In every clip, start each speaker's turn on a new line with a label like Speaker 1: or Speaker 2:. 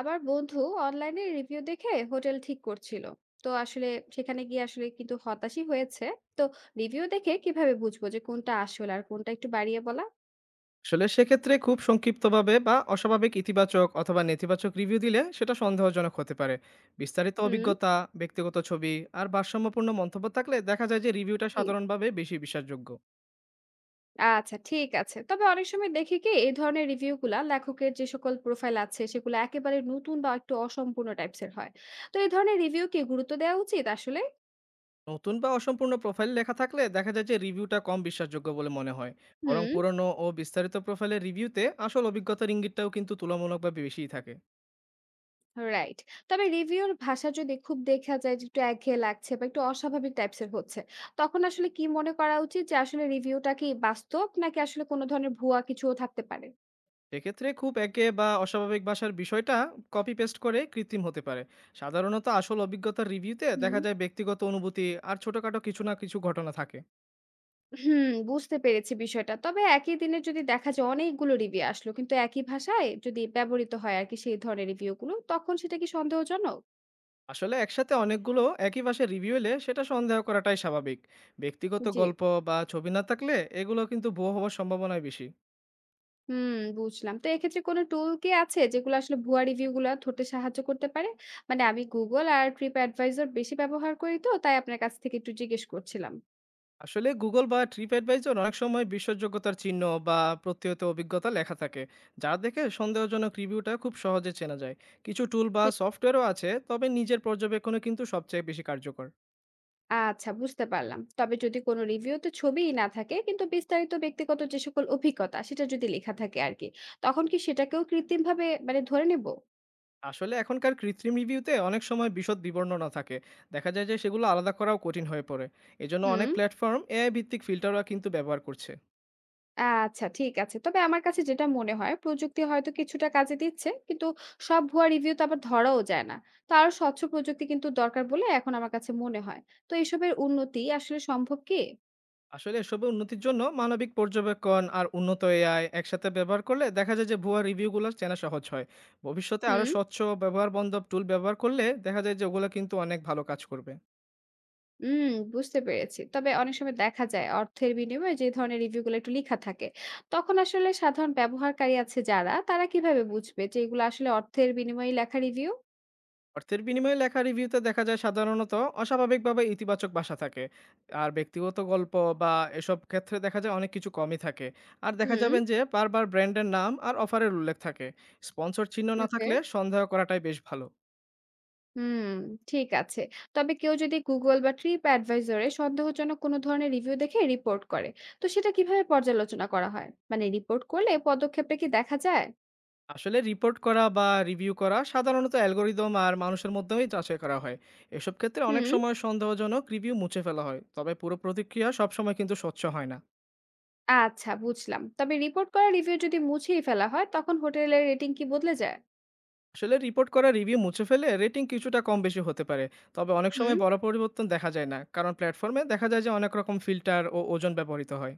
Speaker 1: আবার বন্ধু অনলাইনে রিভিউ দেখে হোটেল ঠিক করছিল, তো আসলে সেখানে গিয়ে আসলে কিন্তু হতাশই হয়েছে। তো রিভিউ দেখে কিভাবে বুঝবো যে কোনটা আসল আর কোনটা একটু বাড়িয়ে বলা?
Speaker 2: আসলে সেক্ষেত্রে খুব সংক্ষিপ্তভাবে বা অস্বাভাবিক ইতিবাচক অথবা নেতিবাচক রিভিউ দিলে সেটা সন্দেহজনক হতে পারে। বিস্তারিত
Speaker 1: হুম।
Speaker 2: অভিজ্ঞতা, ব্যক্তিগত ছবি আর ভারসাম্যপূর্ণ মন্তব্য থাকলে দেখা যায় যে রিভিউটা
Speaker 1: জি।
Speaker 2: সাধারণভাবে বেশি বিশ্বাসযোগ্য।
Speaker 1: আচ্ছা ঠিক আছে, তবে অনেক সময় দেখি কি এই ধরনের রিভিউ গুলা লেখকের যে সকল প্রোফাইল আছে সেগুলো একেবারে নতুন বা একটু অসম্পূর্ণ টাইপস এর হয়। তো এই ধরনের রিভিউ কি গুরুত্ব দেওয়া উচিত আসলে?
Speaker 2: নতুন বা অসম্পূর্ণ প্রোফাইল লেখা থাকলে দেখা যায় যে রিভিউটা কম বিশ্বাসযোগ্য বলে মনে হয়। বরং
Speaker 1: হুম।
Speaker 2: পুরনো ও বিস্তারিত প্রোফাইলের রিভিউতে আসল অভিজ্ঞতার ইঙ্গিতটাও কিন্তু তুলনামূলকভাবে বেশিই থাকে।
Speaker 1: রাইট। তবে রিভিউর ভাষা যদি খুব দেখা যায় যে একটু একঘেয়ে লাগছে বা একটু অস্বাভাবিক টাইপস এর হচ্ছে, তখন আসলে কি মনে করা উচিত যে আসলে রিভিউটা কি বাস্তব নাকি আসলে কোনো ধরনের ভুয়া কিছুও থাকতে পারে?
Speaker 2: সেক্ষেত্রে খুব একে বা অস্বাভাবিক ভাষার বিষয়টা কপি পেস্ট করে কৃত্রিম হতে পারে। সাধারণত আসল অভিজ্ঞতার রিভিউতে
Speaker 1: হুম।
Speaker 2: দেখা যায় ব্যক্তিগত অনুভূতি আর ছোটখাটো কিছু না কিছু ঘটনা থাকে।
Speaker 1: হুম, বুঝতে পেরেছি বিষয়টা। তবে একই দিনে যদি দেখা যায় অনেকগুলো রিভিউ আসলো কিন্তু একই ভাষায় যদি ব্যবহৃত হয় আরকি সেই ধরনের রিভিউ গুলো, তখন সেটা কি সন্দেহজনক?
Speaker 2: আসলে একসাথে অনেকগুলো একই ভাষায় রিভিউ এলে সেটা সন্দেহ করাটাই স্বাভাবিক। ব্যক্তিগত
Speaker 1: জি।
Speaker 2: গল্প বা ছবি না থাকলে এগুলো কিন্তু ভুয়ো হওয়ার সম্ভাবনাই বেশি।
Speaker 1: হুম, বুঝলাম। তো এক্ষেত্রে কোনো টুল কি আছে যেগুলো আসলে ভুয়া রিভিউ গুলা ধরতে সাহায্য করতে পারে? মানে আমি Google আর TripAdvisor বেশি ব্যবহার করি, তো তাই আপনার কাছ থেকে একটু জিজ্ঞেস করছিলাম।
Speaker 2: আসলে Google বা TripAdvisor অনেক সময় বিশ্বাসযোগ্যতার চিহ্ন বা প্রত্যয়িত অভিজ্ঞতা লেখা থাকে, যা দেখে সন্দেহজনক রিভিউটা খুব সহজে চেনা যায়। কিছু টুল বা
Speaker 1: জি।
Speaker 2: সফটওয়্যারও আছে, তবে নিজের পর্যবেক্ষণে কিন্তু সবচেয়ে বেশি কার্যকর।
Speaker 1: আচ্ছা বুঝতে পারলাম। তবে যদি কোনো রিভিউতে ছবিই না থাকে কিন্তু বিস্তারিত ব্যক্তিগত যে সকল অভিজ্ঞতা সেটা যদি লেখা থাকে আরকি, তখন কি সেটাকেও কৃত্রিমভাবে মানে ধরে নেব?
Speaker 2: আসলে এখনকার কৃত্রিম রিভিউতে অনেক সময় বিশদ বিবর্ণনা থাকে, দেখা যায় যে সেগুলো আলাদা করাও কঠিন হয়ে পড়ে। এজন্য অনেক
Speaker 1: হুম।
Speaker 2: প্ল্যাটফর্ম এআই ভিত্তিক ফিল্টারও কিন্তু ব্যবহার করছে।
Speaker 1: আচ্ছা ঠিক আছে। তবে আমার কাছে যেটা মনে হয় প্রযুক্তি হয়তো কিছুটা কাজে দিচ্ছে, কিন্তু সব ভুয়া রিভিউ তো আবার ধরাও যায় না। তো আরো স্বচ্ছ প্রযুক্তি কিন্তু দরকার বলে এখন আমার কাছে মনে হয়। তো এসবের উন্নতি আসলে সম্ভব কি?
Speaker 2: আসলে এসবের উন্নতির জন্য মানবিক পর্যবেক্ষণ আর উন্নত এআই একসাথে ব্যবহার করলে দেখা যায় যে ভুয়া রিভিউগুলো চেনা সহজ হয়। ভবিষ্যতে আরো
Speaker 1: হুম।
Speaker 2: স্বচ্ছ, ব্যবহার বান্ধব টুল ব্যবহার করলে দেখা যায় যে ওগুলো কিন্তু অনেক ভালো কাজ করবে।
Speaker 1: উম বুঝতে পেরেছি। তবে অনেক সময় দেখা যায় অর্থের বিনিময়ে যে ধরনের রিভিউ গুলো একটু লিখা থাকে, তখন আসলে সাধারণ ব্যবহারকারী আছে যারা, তারা কিভাবে বুঝবে যে এগুলো আসলে অর্থের বিনিময়ে লেখা রিভিউ?
Speaker 2: অর্থের বিনিময়ে লেখা রিভিউতে দেখা যায় সাধারণত অস্বাভাবিকভাবে ইতিবাচক ভাষা থাকে। আর ব্যক্তিগত গল্প বা এসব ক্ষেত্রে দেখা যায় অনেক কিছু কমই থাকে। আর দেখা
Speaker 1: হুম,
Speaker 2: যাবেন যে বারবার ব্র্যান্ডের নাম আর অফারের উল্লেখ থাকে। স্পন্সর চিহ্ন না
Speaker 1: ওকে।
Speaker 2: থাকলে সন্দেহ করাটাই বেশ ভালো।
Speaker 1: হুম, ঠিক আছে। তবে কেউ যদি Google বা TripAdvisor এ সন্দেহজনক কোনো ধরনের রিভিউ দেখে রিপোর্ট করে, তো সেটা কিভাবে পর্যালোচনা করা হয়? মানে রিপোর্ট করলে পদক্ষেপটা কি দেখা যায়?
Speaker 2: আসলে রিপোর্ট করা বা রিভিউ করা সাধারণত অ্যালগোরিদম আর মানুষের মধ্যেই যাচাই করা হয়। এসব ক্ষেত্রে অনেক
Speaker 1: হুম,
Speaker 2: সময় সন্দেহজনক রিভিউ মুছে ফেলা হয়, তবে পুরো প্রতিক্রিয়া সবসময় কিন্তু স্বচ্ছ হয় না।
Speaker 1: আচ্ছা বুঝলাম। তবে রিপোর্ট করা রিভিউ যদি মুছিয়ে ফেলা হয়, তখন হোটেলের রেটিং কি বদলে যায়?
Speaker 2: আসলে রিপোর্ট করা রিভিউ মুছে ফেলে রেটিং কিছুটা কম বেশি হতে পারে, তবে অনেক সময়
Speaker 1: হুম,
Speaker 2: বড় পরিবর্তন দেখা যায় না, কারণ প্ল্যাটফর্মে দেখা যায় যে অনেক রকম ফিল্টার ও ওজন ব্যবহৃত হয়।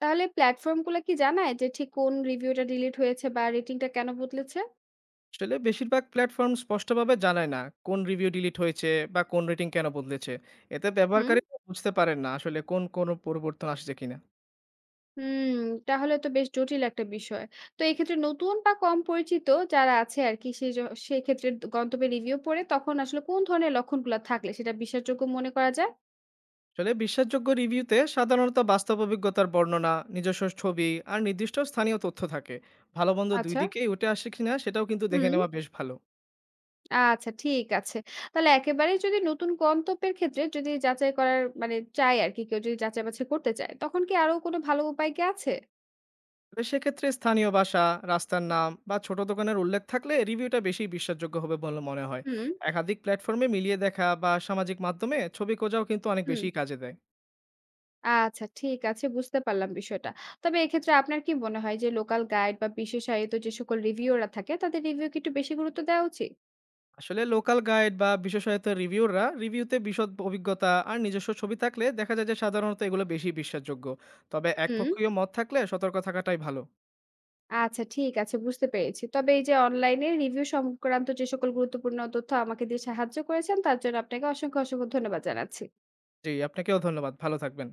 Speaker 1: তাহলে প্ল্যাটফর্মগুলো কি জানায় যে ঠিক কোন রিভিউটা ডিলিট হয়েছে বা রেটিংটা কেন বদলেছে?
Speaker 2: আসলে বেশিরভাগ প্ল্যাটফর্ম স্পষ্টভাবে জানায় না কোন রিভিউ ডিলিট হয়েছে বা কোন রেটিং কেন বদলেছে। এতে
Speaker 1: হুম।
Speaker 2: ব্যবহারকারীরা বুঝতে পারেন না আসলে কোন কোন পরিবর্তন আসছে কিনা।
Speaker 1: হুম, তাহলে তো বেশ জটিল একটা বিষয়। তো এক্ষেত্রে নতুন বা কম পরিচিত যারা আছে আরকি সেই ক্ষেত্রে গন্তব্যের রিভিউ পড়ে তখন আসলে কোন ধরনের লক্ষণগুলা থাকলে সেটা বিশ্বাসযোগ্য মনে করা যায়?
Speaker 2: আসলে বিশ্বাসযোগ্য রিভিউতে সাধারণত বাস্তব অভিজ্ঞতার বর্ণনা, নিজস্ব ছবি আর নির্দিষ্ট স্থানীয় তথ্য থাকে। ভালো মন্দ দুই
Speaker 1: আচ্ছা।
Speaker 2: দিকেই উঠে আসে কিনা সেটাও কিন্তু দেখে
Speaker 1: হুম,
Speaker 2: নেওয়া বেশ ভালো।
Speaker 1: আচ্ছা ঠিক আছে। তাহলে একেবারেই যদি নতুন গন্তব্যের ক্ষেত্রে যদি যাচাই করার মানে চায় আরকি কেউ যদি যাচাই বাছাই করতে চায়, তখন কি আরো কোনো ভালো উপায় কি আছে?
Speaker 2: তবে সেক্ষেত্রে স্থানীয় ভাষা, রাস্তার নাম বা ছোট দোকানের উল্লেখ থাকলে রিভিউটা বেশি বিশ্বাসযোগ্য হবে বলে মনে হয়।
Speaker 1: হুম,
Speaker 2: একাধিক প্ল্যাটফর্মে মিলিয়ে দেখা বা সামাজিক মাধ্যমে ছবি খোঁজাও কিন্তু অনেক
Speaker 1: হুম।
Speaker 2: বেশি কাজে দেয়।
Speaker 1: আচ্ছা ঠিক আছে, বুঝতে পারলাম বিষয়টা। তবে এক্ষেত্রে আপনার কি মনে হয় যে লোকাল গাইড বা বিশেষায়িত যে সকল রিভিউয়াররা থাকে তাদের রিভিউ কি একটু বেশি গুরুত্ব দেওয়া উচিত?
Speaker 2: আসলে লোকাল গাইড বা বিশেষায়িত রিভিউরা রিভিউতে বিশদ অভিজ্ঞতা আর নিজস্ব ছবি থাকলে দেখা যায় যে সাধারণত এগুলো বেশি বিশ্বাসযোগ্য। তবে
Speaker 1: হুম।
Speaker 2: একপক্ষীয় মত থাকলে সতর্ক থাকাটাই ভালো।
Speaker 1: আচ্ছা ঠিক আছে, বুঝতে পেরেছি। তবে এই যে অনলাইনে রিভিউ সংক্রান্ত যে সকল গুরুত্বপূর্ণ তথ্য আমাকে দিয়ে সাহায্য করেছেন তার জন্য আপনাকে অসংখ্য, অসংখ্য ধন্যবাদ জানাচ্ছি।
Speaker 2: জি, আপনাকেও ধন্যবাদ। ভালো থাকবেন।